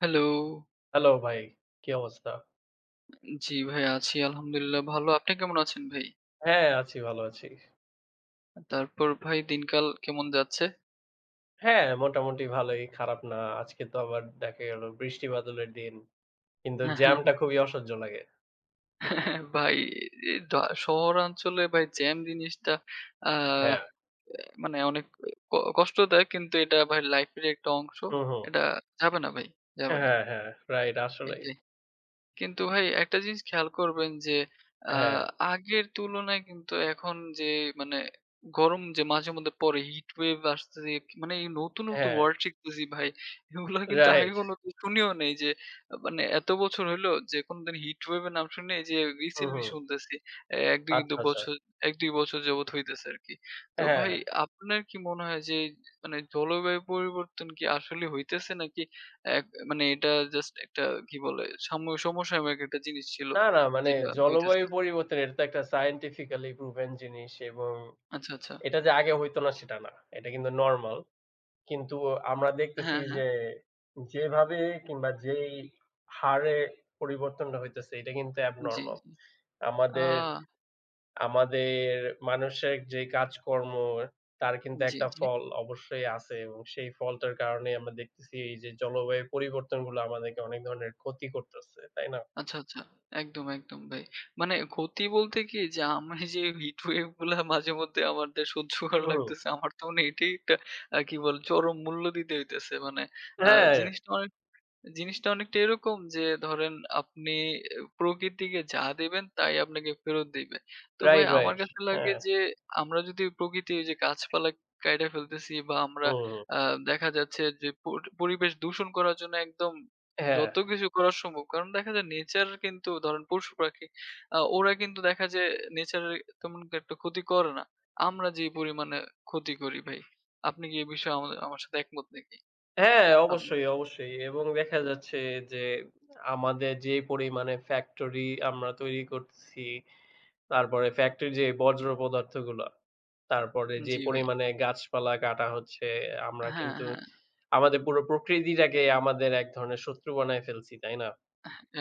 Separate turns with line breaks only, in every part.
Hello.
Hello ভাই, কি অবস্থা?
জি ভাই আছি আলহামদুলিল্লাহ ভালো। আপনি কেমন আছেন ভাই?
হ্যাঁ, আছি ভালো আছি।
তারপর ভাই দিনকাল কেমন যাচ্ছে?
হ্যাঁ, মোটামুটি ভালোই, খারাপ না। আজকে তো আবার দেখা গেল বৃষ্টি বাদলের দিন। কিন্তু জ্যামটা খুবই অসহ্য লাগে।
ভাই এ ডা শহরাঞ্চলে ভাই জ্যাম জিনিসটা আ
হ্যাঁ,
মানে অনেক কষ্ট দেয় কিন্তু এটা ভাই লাইফের একটা অংশ।
হুম, হুম।
এটা যাবে না ভাই, যাবে না।
হ্যাঁ, হ্যাঁ, রাইট আসলেই।
এটাই। কিন্তু ভাই একটা জিনিস খেয়াল করবেন যে আ
হ্যাঁ,
আগের তুলনায় কিন্তু এখন যে মানে গরম যে মাঝে মধ্যে পড়ে হিট ওয়েভ আসতেছে মানে এই নতুন, নতুন
হ্যাঁ,
ওয়ার্ড শিখতেছি ভাই। এগুলা কিন্তু আগে
রাইট।
কোনোদিন শুনিও নাই যে মানে এত বছর হইলো যে কোনদিন হিট ওয়েভ এর নাম শুনি নাই যে
হুম,
রিসেন্টলি
হুম।
শুনতেছি। ১-২ কিন্তু
আচ্ছা, আচ্ছা।
বছর ১-২ বছর যাবৎ হইতেছে আরকি। তো
হ্যাঁ।
ভাই আপনার কি মনে হয় যে মানে জলবায়ু পরিবর্তন কি আসলে হইতেছে নাকি এক মানে এটা জাস্ট একটা কি বলে সাম্য সমসাময়িক একটা জিনিস ছিল
না, না মানে
যেটা হইতেছে।
জলবায়ু পরিবর্তন এটা তো একটা scientifically proven জিনিস এবং
আচ্ছা, আচ্ছা।
এটা যে আগে হইতো না সেটা না। এটা কিন্তু নরমাল। কিন্তু আমরা দেখতেছি
হ্যাঁ, হ্যাঁ।
যে যেভাবে কিংবা যেই হারে পরিবর্তনটা হইতেছে এটা কিন্তু
জি,
abnormal.
জি। আ
আমাদের আমাদের মানুষের যে কাজকর্ম তার কিন্তু
জি,
একটা
জি।
ফল অবশ্যই আছে এবং সেই ফলটার কারণে আমরা দেখতেছি এই যে জলবায়ু পরিবর্তনগুলো আমাদেরকে অনেক ধরনের ক্ষতি করতেছে, তাই না?
আচ্ছা, আচ্ছা। একদম, একদম ভাই। মানে ক্ষতি বলতে কি যে আমি যে হিট ওয়েভ গুলা মাঝেমধ্যে আমাদের সহ্য
হুম,
করা
হুম।
লাগতেছে আমার তো মানে এটাই একটা কি বলে চরম মূল্য দিতে হইতেছে। মানে আ
হ্যাঁ,
জিনিসটা অনেক জিনিসটা অনেকটা এরকম যে ধরেন আপনি প্রকৃতিকে যা দিবেন তাই আপনাকে ফেরত দিবে। তো ভাই
রাইট,
আমার
রাইট।
কাছে লাগে
হ্যাঁ,
যে আমরা যদি প্রকৃতি ওই যে গাছপালা কাইটা ফেলতেছি বা আমরা
হুম,
আ
হুম।
দেখা যাচ্ছে যে পরিবেশ দূষণ করার জন্য একদম
হ্যাঁ।
যত কিছু করা সম্ভব। কারণ দেখা যায় নেচার কিন্তু ধরেন পশু-পাখি ওরা কিন্তু দেখা যায় নেচারের তেমন একটা ক্ষতি করে না। আমরা যে পরিমাণে ক্ষতি করি ভাই। আপনি কি এই বিষয়ে আমার সাথে একমত নাকি?
হ্যাঁ,
আপনার
অবশ্যই, অবশ্যই এবং দেখা যাচ্ছে যে আমাদের যে পরিমাণে ফ্যাক্টরি আমরা তৈরি করছি, তারপরে ফ্যাক্টরির যে বর্জ্য পদার্থগুলা, তারপরে যে
জি ভাই।
পরিমাণে গাছপালা কাটা হচ্ছে, আমরা
হ্যাঁ,
কিন্তু
হ্যাঁ।
আমাদের পুরো প্রকৃতিটাকে আমাদের এক ধরনের শত্রু বানায় ফেলছি, তাই না?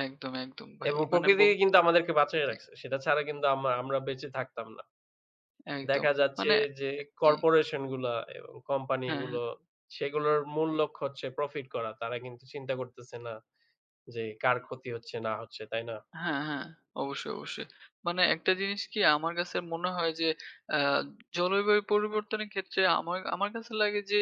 একদম, একদম ভাই।
এবং
মানে
প্রকৃতি
বল
কিন্তু আমাদেরকে বাঁচিয়ে
জি,
রাখছে। সেটা ছাড়া কিন্তু আমরা বেঁচে থাকতাম না।
একদম।
দেখা যাচ্ছে
মানে
যে
জি,
কর্পোরেশনগুলা এবং
হ্যাঁ,
কোম্পানিগুলো, সেগুলোর মূল লক্ষ্য হচ্ছে প্রফিট করা। তারা কিন্তু চিন্তা করতেছে না যে কার ক্ষতি হচ্ছে না হচ্ছে, তাই না?
হ্যাঁ, হ্যাঁ। অবশ্যই, অবশ্যই। মানে একটা জিনিস কি আমার কাছে মনে হয় যে আ জলবায়ু পরিবর্তনের ক্ষেত্রে আমার আমার কাছে লাগে যে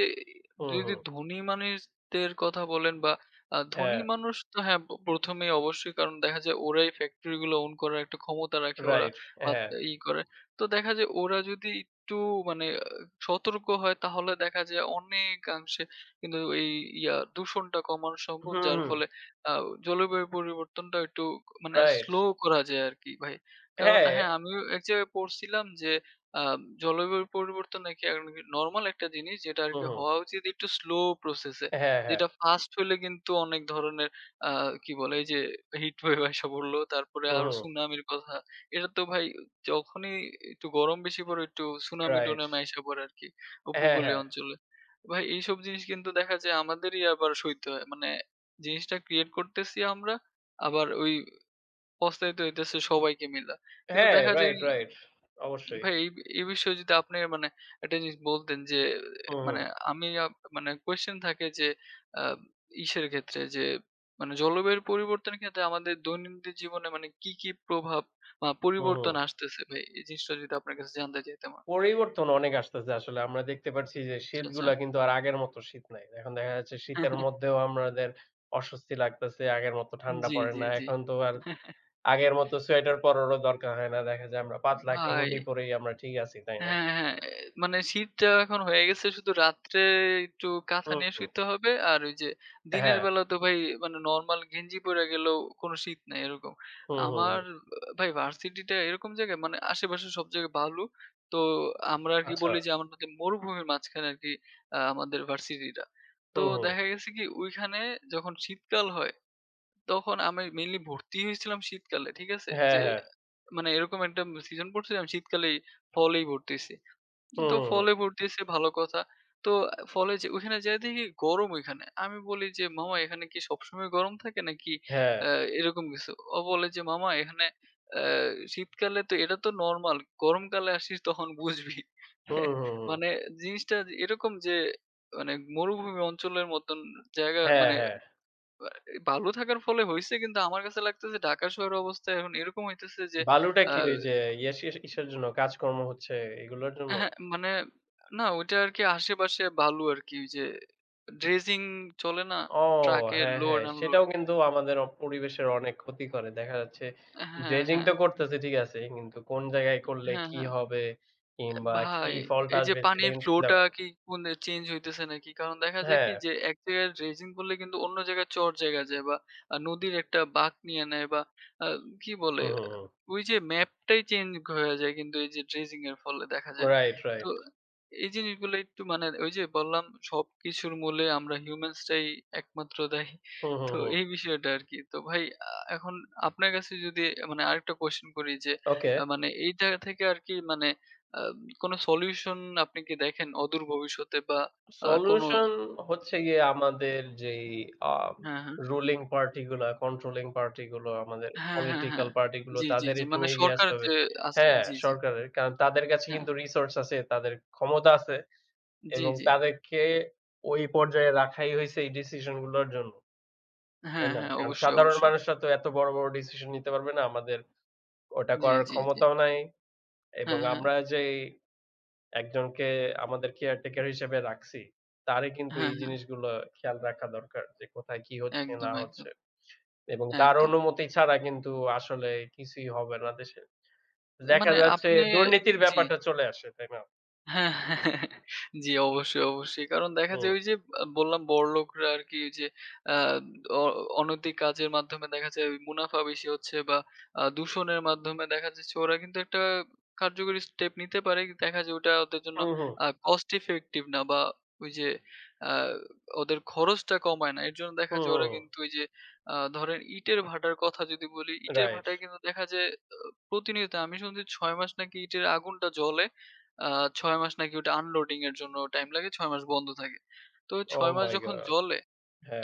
হুম,
যদি
হুম।
ধনী মানুষদের কথা বলেন বা ধনী
হ্যাঁ,
মানুষ তো হ্যাঁ, প ১ম এই অবশ্যই কারণ দেখা যায় ওরাই ফ্যাক্টরি গুলো ওন করার একটা ক্ষমতা রাখে ওরা
রাইট।
বা
হ্যাঁ।
ই করে। তো দেখা যায় ওরা যদি একটু মানে সতর্ক হয় তাহলে দেখা যায় অনেকাংশে কিন্তু এই ইয়া দূষণটা কমানো সম্ভব।
হুম,
যার
হুম।
ফলে আ জলবায়ু পরিবর্তনটা একটু মানে
রাইট।
স্লো করা যায় আরকি ভাই। কারণ
হ্যাঁ।
হ্যাঁ, আমিও এক জায়গায় পড়ছিলাম যে আ জলবায়ু পরিবর্তন নাকি নরমাল একটা জিনিস যেটা
হুম,
আরকি
হুম।
হওয়া উচিত একটু স্লো প্রসেস এ।
হ্যাঁ, হ্যাঁ।
যেটা ফাস্ট হইলে কিন্তু অনেক ধরনের আ কি বলে এই যে হিট ওয়েভ আইসা পড়লো। তারপরে
হুম,
আরো
হুম।
সুনামির কথা। এটা তো ভাই যখনই একটু গরম বেশি পড়ে একটু
রাইট।
সুনামি-টুনামি আইসা পড়ে আরকি
হ্যাঁ,
উপকূলীয়
হ্যাঁ।
অঞ্চলে। ভাই এইসব জিনিস কিন্তু দেখা যায় আমাদেরই আবার সইতে হয়। মানে জিনিসটা ক্রিয়েট করতেছি আমরা। আবার ওই পস্তাইতে হইতেছে সবাইকে মিলা। কিন্তু
হ্যাঁ,
দেখা যায়
রাইট,
ওই
রাইট। অবশ্যই।
ভাই এই, এই বিষয়ে যদি আপনি মানে একটা জিনিস বলতেন যে
হুম, হুম।
মানে আমি আপ মানে কোয়েশ্চেন থাকে যে আ ইসের ক্ষেত্রে যে মানে জলবায়ুর পরিবর্তনের ক্ষেত্রে আমাদের দৈনন্দিন জীবনে মানে কি, কি প্রভাব বা
হুম,
পরিবর্তন
হুম।
আসতেছে ভাই? এই জিনিসটা যদি আপনার কাছে জানতে চাইতাম।
পরিবর্তন অনেক আসতেছে আসলে। আমরা দেখতে পাচ্ছি যে
আচ্ছা, আচ্ছা।
শীতগুলা কিন্তু আর আগের মতো শীত নাই। এখন দেখা যাচ্ছে শীতের মধ্যেও আমাদের অস্বস্তি লাগতেছে। আগের মতো ঠান্ডা
জি,
পড়ে
জি,
না।
জি।
এখন তো আর আগের মতো সোয়েটার পরারও দরকার হয় না। দেখা যায় আমরা পাতলা একটা
ভাই
হুডি পরেই আমরা ঠিক আছি, তাই না?
হ্যাঁ, হ্যাঁ। মানে শীতটা এখন হয়ে গেছে শুধু রাত্রে একটু কাঁথা
হুম,
নিয়ে
হুম।
শুইতে হবে। আর ওই যে দিনের
হ্যাঁ।
বেলা তো ভাই মানে নরমাল গেঞ্জি পইড়া গেলেও কোনো শীত নাই এরকম।
হুম, হুম, হুম।
আমার আহ, ভাই ভার্সিটিটা এরকম জায়গায় মানে আশেপাশে সব জায়গায় বালু। তো আমরা আরকি
আচ্ছা।
বলি যে আমাদের মরুভূমির মাঝখানে আরকি আমাদের ভার্সিটিটা। তো
হুম, হুম।
দেখা গেছে কি ওইখানে যখন শীতকাল হয় তখন আমি মেইনলি ভর্তি হয়েছিলাম শীতকালে। ঠিক আছে?
হ্যাঁ,
যে
হ্যাঁ।
মানে এরকম একটা সিজন পড়ছিলাম শীতকালেই ফলেই ভর্তি হইছি।
হুম,
কিন্তু
হুম, হুম।
ফলে ভর্তিছে ভালো কথা। তো ফলে যে ওইখানে যায়ে দেখি গরম ওইখানে। আমি বলি যে, "মামা এখানে কি সবসময় গরম থাকে নাকি
হ্যাঁ।
আ এরকম কিছু?" ও বলে যে, "মামা এখানে আ শীতকালে তো এটা তো নরমাল। গরমকালে আসিস তখন বুঝবি।"
হুম, হুম, হুম।
মানে জিনিসটা যে এরকম যে মানে মরুভূমি অঞ্চলের মতন জায়গা
হ্যাঁ,
মানে
হ্যাঁ।
আ ভালো থাকার ফলে হইছে কিন্তু আমার কাছে লাগতেছে ঢাকা শহরের অবস্থা এখন এরকম হইতেছে যে
বালুটা
আ
কি ওই যে ইয়াস ইস ইসের জন্য কাজকর্ম হচ্ছে এগুলোর জন্য?
হ্যাঁ, হ্যাঁ, মানে না ওইটা আরকি আশেপাশে ভালো আরকি ওই যে ড্রেজিং চলে না?
ও
ট্রাকের
হ্যাঁ,
লোড
হ্যাঁ।
আনলোড
সেটাও কিন্তু আমাদের পরিবেশের অনেক ক্ষতি করে। দেখা যাচ্ছে
হ্যাঁ, হ্যাঁ, হ্যাঁ,
ড্রেজিং
হ্যাঁ।
তো করতেছে ঠিক আছে। কিন্তু কোন জায়গায় করলে কি
হ্যাঁ।
হবে কিংবা কি
ভাই,
ফলটা
এই যে
আসবে সেটা
পানির
কিন্তু
flow
চিন্তা
টা
করে
কি কোন চেঞ্জ হইতেছে নাকি? কারণ দেখা যায়
হ্যাঁ।
কি যে এক জায়গায় ড্রেজিং করলে কিন্তু অন্য জায়গায় চর জায়গা যায় বা নদীর একটা বাঁক নিয়ে নেয় বা আ কি বলে?
হুম, হুম, হুম।
ওই যে ম্যাপটাই চেঞ্জ হয়ে যায় কিন্তু এই যে ড্রেজিং এর ফলে দেখা যায়।
রাইট,
তো
রাইট।
এই জিনিসগুলো একটু মানে ওই যে বললাম সবকিছুর মূলে আমরা humans টাই একমাত্র দায়ী।
হুম, হুম,
তো
হুম।
এই বিষয়টা আরকি। তো ভাই আ এখন আপনার কাছে যদি মানে আরেকটা question করি যে
ওকে।
মানে এইটা থেকে আরকি মানে আ কোন সলিউশন আপনি কি দেখেন অদূর ভবিষ্যতে বা কোন
সলিউশন হচ্ছে গিয়ে আমাদের যেই আ
হ্যাঁ, হ্যাঁ।
রুলিং পার্টি গুলা, কন্ট্রোলিং পার্টি গুলো, আমাদের
হ্যাঁ, হ্যাঁ, হ্যাঁ।
পলিটিক্যাল পার্টি গুলো
জি, জি,
তাদের
জি।
এটা
মানে
নিয়ে এগিয়ে
সরকার
আসতে হবে।
যে আছে
হ্যাঁ,
জি, জি।
সরকারের। কারণ তাদের কাছে
হ্যাঁ।
কিন্তু রিসোর্স আছে, তাদের ক্ষমতা আছে
জি,
এবং
জি।
তাদেরকে ওই পর্যায়ে রাখাই হইছে এই ডিসিশন গুলোর জন্য। তাই
হ্যাঁ,
না?
হ্যাঁ।
কারণ
অবশ্যই,
সাধারণ
অবশ্যই।
মানুষরা তো এত বড়, বড় ডিসিশন নিতে পারবে না। আমাদের ওটা
জি,
করার
জি, জি।
ক্ষমতাও নাই এবং
হ্যাঁ, হ্যাঁ।
আমরা যেই একজনকে আমাদের কেয়ারটেকার হিসেবে রাখছি। তারই কিন্তু
হ্যাঁ,
এই
হ্যাঁ।
জিনিসগুলো খেয়াল রাখা দরকার যে কোথায় কি হচ্ছে
একদম,
না
একদম,
হচ্ছে। এবং তার
একদম।
অনুমতি ছাড়া কিন্তু আসলে কিছুই হবে না দেশে। দেখা
মানে
যাচ্ছে
আপনি
দুর্নীতির
জি।
ব্যাপারটা চলে আসে, তাই না?
হ্যাঁ, হ্যাঁ। জি, অবশ্যই, অবশ্যই। কারণ দেখা যায়
হুম,
ওই যে বললাম বড়লোকরা আরকি ওই যে আ অ অনৈতিক কাজের মাধ্যমে দেখা যায় ওই মুনাফা বেশি হচ্ছে বা দূষণের মাধ্যমে দেখা যাচ্ছে ওরা কিন্তু একটা কার্যকরী স্টেপ নিতে পারে। কিন্তু দেখা যায় ওটা ওদের জন্য
হুম, হুম,
cost effective না বা ওই যে আ ওদের খরচটা কমায় না। এর জন্য দেখা
হুম,
যায় ওরা
হুম।
কিন্তু ওই যে ধরেন ইটের ভাটার কথা যদি বলি, ইটের
রাইট।
ভাটায় কিন্তু দেখা যায় আ প্রতিনিয়ত আমি শুনছি ৬ মাস নাকি ইটের আগুনটা জ্বলে। আ ৬ মাস নাকি ওটা আনলোডিং এর জন্য টাইম লাগে। ৬ মাস বন্ধ থাকে। তো ওই
ওহ
৬ মাস
মাই
যখন
গড!
জ্বলে,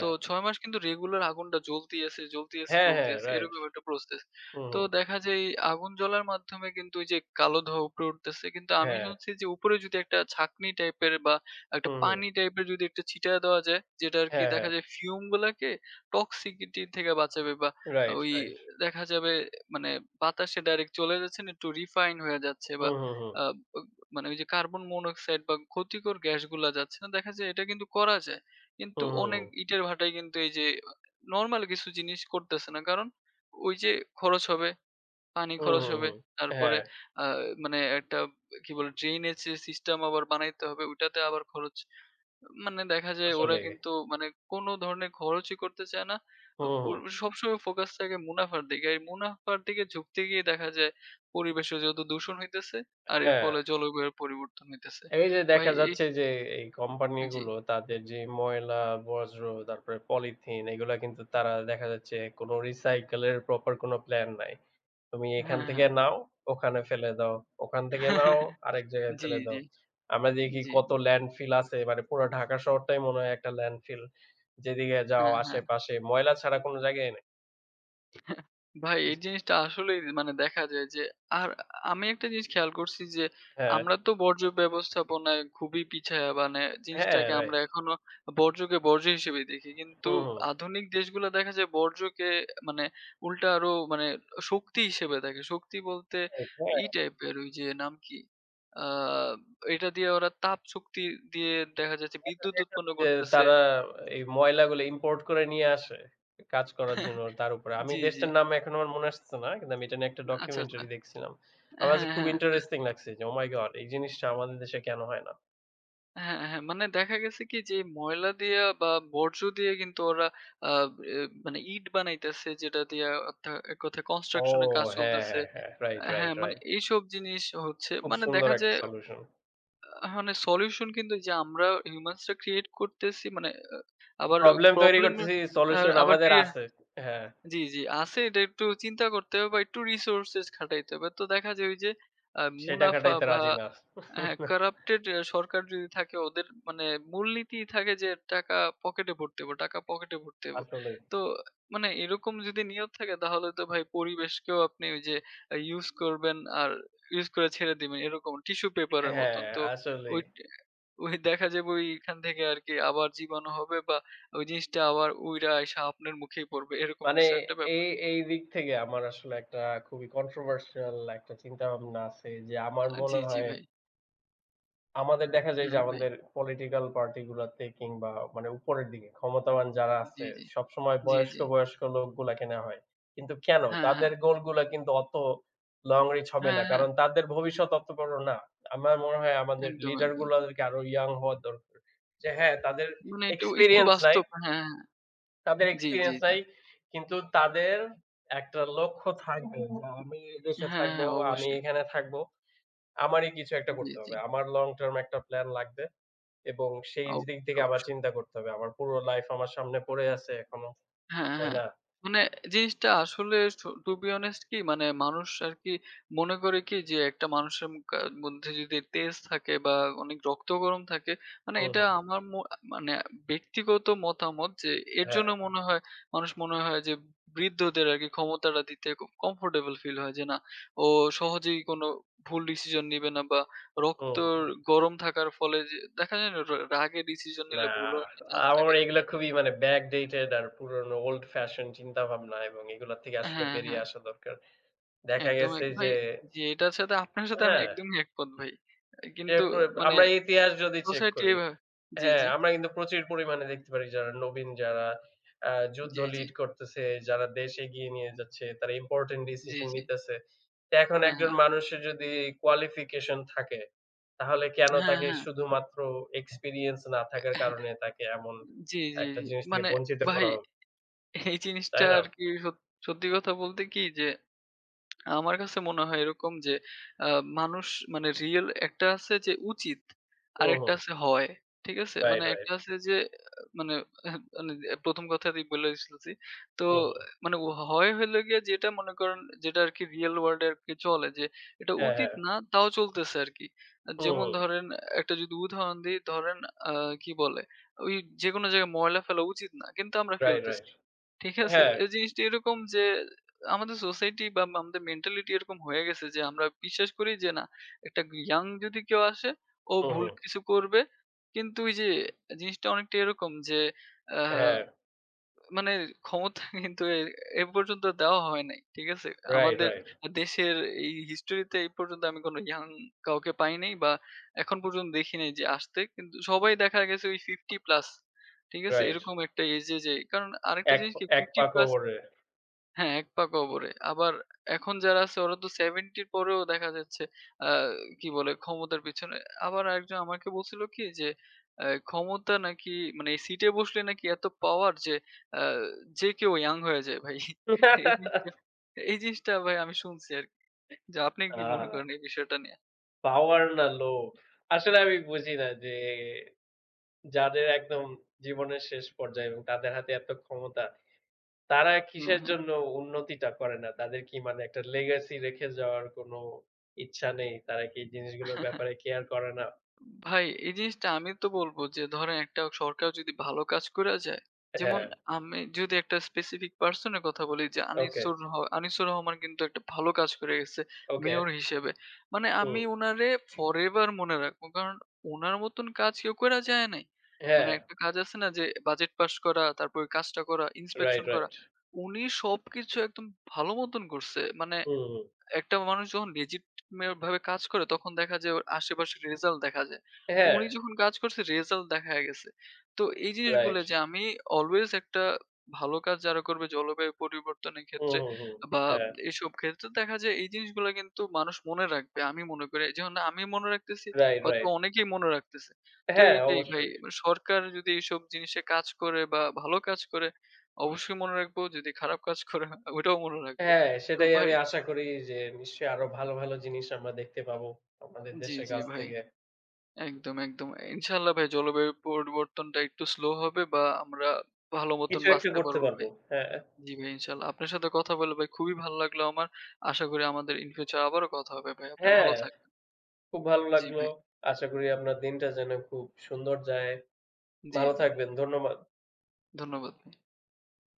তো ৬ মাস কিন্তু রেগুলার আগুনটা জ্বলতেই আছে, জ্বলতেই আছে,
হ্যাঁ,
জ্বলতেই
হ্যাঁ,
আছে।
রাইট।
এরকম একটা প্রসেস।
হুম,
তো
হুম।
দেখা যায় এই আগুন জ্বলার মাধ্যমে কিন্তু ওই যে কালো ধোঁয়া উপরে উঠতেছে। কিন্তু আমি
হ্যাঁ,
শুনছি যে উপরে যদি একটা ছাঁকনি টাইপের বা একটা
হুম, হুম।
পানি টাইপের যদি একটা ছিটায় দেওয়া যায়, যেটা আরকি
হ্যাঁ,
দেখা
হ্যাঁ।
যায় ফিউম গুলাকে টক্সিসিটি থেকে বাঁচাবে বা
রাইট,
ওই
রাইট।
দেখা যাবে মানে বাতাসে ডাইরেক্ট চলে যাচ্ছে না, একটু রিফাইন হয়ে যাচ্ছে বা
হুম, হুম, হুম।
আ মানে ওই যে কার্বন মনোক্সাইড বা ক্ষতিকর গ্যাসগুলা যাচ্ছে না। দেখা যায় এটা কিন্তু করা যায়। কিন্তু
হুম, হুম,
অনেক
হুম।
ইটের ভাটায় কিন্তু এই যে নরমাল কিছু জিনিস করতেছে না। কারণ ওই যে খরচ হবে, পানি
হুম,
খরচ
হুম,
হবে।
হুম।
তারপরে
হ্যাঁ,
আ মানে একটা কি বলে ড্রেইনেজ সিস্টেম আবার বানাইতে হবে। ওইটাতে আবার খরচ। মানে দেখা যায় ওরা
আসলেই।
কিন্তু মানে কোন ধরনের খরচই করতে চায় না।
হুম,
ওর
হুম।
সবসময় ফোকাস থাকে মুনাফার দিকে। এই মুনাফার দিকে ঝুঁকতে গিয়ে দেখা যায় পরিবেশে যেহেতু দূষণ হইতেছে আর এর
হ্যাঁ।
ফলে জলবায়ুর পরিবর্তন হইতেছে।
এই যে
ভাই
দেখা
এই
যাচ্ছে যে এই
জি।
কোম্পানিগুলো তাদের যে ময়লা, বর্জ্য, তারপরে পলিথিন এগুলা কিন্তু তারা দেখা যাচ্ছে কোনো রিসাইকেল এর প্রপার কোনো প্ল্যান নাই। তুমি
হ্যাঁ,
এখান থেকে
হ্যাঁ।
নাও, ওখানে ফেলে দাও। ওখান থেকে নাও, আরেক জায়গায়
জি,
ফেলে দাও।
জি।
আমরা দেখি
জি,
কত ল্যান্ডফিল আছে মানে পুরা ঢাকা শহরটাই মনে হয় একটা ল্যান্ডফিল। যেদিকে যাও
হ্যাঁ, হ্যাঁ।
আশেপাশে ময়লা ছাড়া কোনো জায়গায় নেই।
ভাই এই জিনিসটা আসলেই মানে দেখা যায় যে আর আমি একটা জিনিস খেয়াল করছি যে
হ্যাঁ,
আমরা তো বর্জ্য ব্যবস্থাপনায় খুবই পিছায়া মানে
হ্যাঁ,
জিনিসটাকে আমরা
রাইট।
এখনো বর্জ্যকে বর্জ্য হিসেবে দেখি। কিন্তু
হুম,
আধুনিক দেশগুলা দেখা যায় বর্জ্যকে মানে উল্টা আরো মানে শক্তি হিসেবে দেখে। শক্তি বলতে ই
হুম।
টাইপের ওই যে নাম কি? আ এটা দিয়ে ওরা তাপ শক্তি দিয়ে দেখা যাচ্ছে বিদ্যুৎ উৎপন্ন
যে
করতেছে।
তারা এই ময়লাগুলো ইম্পোর্ট করে নিয়ে আসে কাজ করার জন্য তার উপরে। আমি
জি, জি।
দেশটার নাম এখন আমার মনে আসতেছে না। কিন্তু আমি এটা নিয়ে একটা
আচ্ছা, আচ্ছা।
ডকুমেন্টারি দেখছিলাম। আমার কাছে
হ্যাঁ,
খুব
হ্যাঁ।
ইন্টারেস্টিং লাগছে যে, "ওহ মাই গড! এই জিনিসটা আমাদের দেশে কেন হয় না?"
হ্যাঁ, হ্যাঁ। হ্যাঁ। মানে দেখা গেছে কি যে ময়লা দিয়ে বা বর্জ্য দিয়ে কিন্তু ওরা আ এ মানে ইট বানাইতেছে যেটা দিয়ে অর্থা এক কথায়
ও
কনস্ট্রাকশন এর কাজ
হ্যাঁ,
চলতেছে।
হ্যাঁ, হ্যাঁ। রাইট,
হ্যাঁ,
রাইট,
মানে
রাইট।
এইসব জিনিস হচ্ছে।
খুব
মানে
সুন্দর
দেখা
একটা
যায়
সলিউশন।
মানে সলিউশন কিন্তু এই যে আমরা হিউম্যানস রা ক্রিয়েট করতেছি মানে আবার
প্রবলেম তৈরি
প্রবলেম
করতেছি,
আ
সলিউশন
আবার
আমাদের
ক্রিয়া
আছে। হ্যাঁ,
জি, জি আছে এটা একটু চিন্তা করতে হবে বা একটু রিসোর্সেস খাটাইতে হবে। তো দেখা যায় ওই যে আ
সেটা
মুনাফা
খাটাইতে
বা
রাজি না।
হ্যাঁ, corrupted এ সরকার যদি থাকে ওদের মানে মূলনীতিই থাকে যে টাকা পকেটে ভরতে হবে, টাকা পকেটে ভরতে হবে।
আসলেই।
তো মানে এরকম যদি নিয়ত থাকে তাহলে তো ভাই পরিবেশকেও আপনি ওই যে use করবেন আর use করে ছেড়ে দিবেন এরকম টিস্যু পেপারের মতন।
হ্যাঁ,
তো
আসলেই।
ওই ওই দেখা যাবে ওইখান থেকে আরকি আবার জীবাণু হবে বা ওই জিনিসটা আবার উইড়া আইসা আপনার মুখেই পড়বে এরকম
মানে
কিছু একটা
এই,
ব্যাপার।
এই দিক থেকে আমার আসলে একটা খুবই কন্ট্রোভার্সিয়াল একটা চিন্তাভাবনা আছে যে, আমার
জি,
মনে
জি
হয়
ভাই।
আমাদের দেখা যায় যে,
হ্যাঁ ভাই।
আমাদের পলিটিক্যাল পার্টি গুলাতে কিংবা মানে উপরের দিকে ক্ষমতাবান যারা
জি,
আছে
জি।
সবসময়
জি,
বয়স্ক,
জি।
বয়স্ক লোকগুলাকে নেয়া হয়। কিন্তু কেন?
হ্যাঁ, হ্যাঁ।
তাদের গোলগুলা কিন্তু অত লং রিচ হবে
হ্যাঁ,
না।
হ্যাঁ।
কারণ তাদের ভবিষ্যৎ অত বড় না। আমার মনে হয় আমাদের
একদম,
লিডার
একদম।
গুলাদেরকে আরো ইয়াং হওয়া দরকার। যে হ্যাঁ, তাদের
মানে একটু, একটু
এক্সপেরিয়েন্স নাই।
বাস্তব হ্যাঁ, হ্যাঁ। হ্যাঁ।
তাদের
জি, জি,
এক্সপেরিয়েন্স
জি।
নাই। কিন্তু তাদের একটা লক্ষ্য থাকবে যে আমি এদেশে
হ্যাঁ, হ্যাঁ
থাকবো, আমি
অবশ্যই।
এখানে থাকবো। আমারই কিছু একটা
জি,
করতে
জি।
হবে। আমার লং টার্ম একটা প্ল্যান লাগবে এবং সেই দিক
অবশ্যই,
থেকে আবার
অবশ্যই।
চিন্তা করতে হবে। আমার পুরো লাইফ আমার সামনে পড়ে আছে এখনো।
হ্যাঁ,
তাই
হ্যাঁ।
না?
মানে জিনিসটা আসলে স টু বি অনেস্ট কি মানে মানুষ আরকি মনে করে কি যে একটা মানুষের ম কা মধ্যে যদি তেজ থাকে বা অনেক রক্ত গরম থাকে মানে
হুম,
এটা
হুম।
আমার ম মানে ব্যক্তিগত মতামত যে এর
হ্যাঁ,
জন্য মনে হয় মানুষ মনে হয় যে বৃদ্ধদের আরকি ক্ষমতাটা দিতে খুব কমফোর্টেবল ফিল হয় যে না ও সহজেই কোনো ভুল ডিসিশন নিবে না বা
হুম,
রক্তর
হুম।
গরম থাকার ফলে যে দেখা যায় না র রাগে ডিসিশন
না,
নিলে ভুল হওয়ার একটা চান্স
আমার
থাকে
এগুলা খুবই মানে ব্যাকডেটেড আর পুরনো ওল্ড ফ্যাশন চিন্তাভাবনা এবং এগুলা থেকে আসলে
হ্যাঁ, হ্যাঁ।
বেরিয়ে আসা দরকার। দেখা
একদম,
গেছে
এক ভাই
যে
জি, এটার সাথে আপনার সাথে আমি
হ্যাঁ,
একদমই একমত ভাই। কিন্তু
এরপর
মানে
আমরা ইতিহাস যদি চেক
সোসাইটি
করি
এভাবে জি,
হ্যাঁ,
জি,
আমরা কিন্তু প্রচুর পরিমাণে দেখতে পারি যারা নবীন যারা আ যুদ্ধ
জি, জি,
লিড করতেছে, যারা দেশ এগিয়ে নিয়ে যাচ্ছে, তারা ইম্পোর্টেন্ট
জি,
ডিসিশন
জি।
নিতেছে। তো এখন
হ্যাঁ,
একজন
হ্যাঁ।
মানুষের যদি কোয়ালিফিকেশন থাকে, তাহলে কেন
হ্যাঁ,
তাকে
হ্যাঁ।
শুধুমাত্র এক্সপেরিয়েন্স না থাকার কারণে তাকে এমন
জি, জি,
একটা
জি।
জিনিস থেকে
মানে
বঞ্চিত
ভাই
করা হবে,
এই জিনিসটা
তাই না?
আরকি সত সত্যি কথা বলতে কি যে আমার কাছে মনে হয় এরকম যে আ মানুষ মানে রিয়েল একটা আছে যে উচিত,
হুম,
আরেকটা
হুম।
আছে হয়। ঠিক আছে? মানে
রাইট,
একটা
রাইট।
আছে যে আহ, মানে আহ, মানে ১ম কথাতেই বলে ফেলছি। তো
হুম, হুম।
মানে ও হয় হইলো গিয়ে যেটা মনে করেন যেটা আরকি রিয়েল ওয়ার্ল্ড এ আরকি চলে যে এটা
হ্যাঁ,
উচিত
হ্যাঁ।
না তাও চলতেছে আরকি।
হুম,
যেমন
হুম।
ধরেন একটা যদি উদাহরণ দিই ধরেন আ কি বলে ওই যেকোনো জায়গায় ময়লা ফেলা উচিত না। কিন্তু আমরা
রাইট,
ফেলতেছি।
রাইট।
ঠিক আছে?
হ্যাঁ।
এই জিনিসটা এরকম যে আমাদের সোসাইটি বা আমাদের মেন্টালিটি এরকম হয়ে গেছে যে আমরা বিশ্বাস করি যে না একটা ইয়াং যদি কেউ আসে ও
হুম,
ভুল
হুম।
কিছু করবে। কিন্তু ওই যে জিনিসটা অনেকটা এরকম যে আহ
হ্যাঁ।
মানে ক্ষমতা কিন্তু এ এ পর্যন্ত দেওয়া হয় নাই। ঠিক আছে?
রাইট,
আমাদের
রাইট,
দেশের এই হিস্টরিতে এই পর্যন্ত আমি কোনো ইয়াং কাউকে পাই নাই বা এখন পর্যন্ত দেখি নাই যে আসতে। কিন্তু সবাই দেখা গেছে ওই ৫০ প্লাস ঠিক আছে?
রাইট।
এরকম একটা এজে যে কারণ আরেকটা
এক
জিনিস কি
এক
৫০
পা
প্লাস
কবরে।
হ্যাঁ, এক পা কবরে। আবার এখন যারা আছে ওরা তো ৭০ র পরেও দেখা যাচ্ছে আ কি বলে ক্ষমতার পিছনে আবার আরেকজন আমাকে বলছিল কি যে আ ক্ষমতা নাকি মানে সিটে বসলে নাকি এত পাওয়ার যে আ যে কেউ ইয়াং হয়ে যায় ভাই। এই জিনিসটা এই জিনিসটা ভাই আমি শুনছি আরকি। যে আপনি
আ
কি মনে করেন এই বিষয়টা নিয়ে?
পাওয়ার না লোভ। আসলে আমি বুঝি না যে যাদের একদম জীবনের শেষ পর্যায়ে এবং তাদের হাতে এত ক্ষমতা, তারা
হ্যাঁ,
কিসের
হ্যাঁ।
জন্য উন্নতিটা করে না? তাদের কি মানে একটা legacy রেখে যাওয়ার কোনো ইচ্ছা নেই? তারা কি এই জিনিসগুলোর ব্যাপারে কেয়ার করে না?
ভাই এই জিনিসটা আমি তো বলব যে ধরেন একটা সরকার যদি ভালো কাজ কইরা যায়, যেমন
হ্যাঁ,
আমি যদি একটা স্পেসিফিক পারসন এর কথা বলি যে
ওকে,
আনিসুর র আনিসুর রহমান কিন্তু একটা ভালো কাজ করে গেছে
ওকে,
মেয়র হিসেবে। মানে
হুম,
আমি উনারে ফরএভার মনে রাখবো। কারণ উনার মতন কাজ কেউ কইরা যায় নাই। মানে
হ্যাঁ,
একটা কাজ আছে না যে বাজেট পাস করা, তারপরে কাজটা করা, ইন্সপেকশন
রাইট,
করা।
রাইট,
উনি সবকিছু একদম ভালো মতন করছে। মানে
হুম, হুম,
একটা মানুষ যখন legitimate ভাবে কাজ করে তখন দেখা যায় ওর আশেপাশের রেজাল্ট দেখা যায়। তো
হ্যাঁ,
উনি যখন কাজ করছে রেজাল্ট দেখা গেছে। তো এই জিনিসগুলো
রাইট,
যে আমি অলওয়েজ একটা ভালো কাজ যারা করবে জলবায়ু পরিবর্তনের
হুম,
ক্ষেত্রে
হুম, হুম,
বা
হ্যাঁ,
এসব ক্ষেত্রে দেখা যায় এই জিনিসগুলা কিন্তু মানুষ মনে রাখবে। আমি মনে করি। যেমন আমি মনে রাখতেছি
রাইট,
হয়তো
রাইট,
অনেকেই মনে রাখতেছে। তো
হ্যাঁ,
এটাই ভাই
অবশ্যই।
মানে সরকার যদি এইসব জিনিসে কাজ করে বা ভালো কাজ করে অবশ্যই মনে রাখবো। যদি খারাপ কাজ করে ওইটাও মনে রাখবো।
হ্যাঁ,
তো
সেটাই
ভাই
আমি আশা করি যে নিশ্চয়ই আরো ভালো, ভালো জিনিস আমরা দেখতে পাবো আমাদের
জি,
দেশের
জি
গাছ
ভাই।
থেকে।
একদম, একদম। ইনশাআল্লাহ ভাই জলবায়ু পরিবর্তনটা একটু স্লো হবে বা আমরা ভালো মতন
কিছু একটা
বাঁচতে
করতে
পারবো
পারবো।
ভাই।
হ্যাঁ,
জি ভাই ইনশাআল্লাহ। আপনার সাথে কথা বলে ভাই খুবই ভালো লাগলো আমার। আশা করি আমাদের ইন ফিউচার আবারও কথা হবে ভাই। আপনি ভালো
হ্যাঁ,
থাকবেন।
খুব ভালো
জি
লাগলো।
ভাই।
আশা করি আপনার দিনটা যেন খুব সুন্দর যায়।
জি,
ভালো
জি।
থাকবেন। ধন্যবাদ।
ধন্যবাদ। ভাই।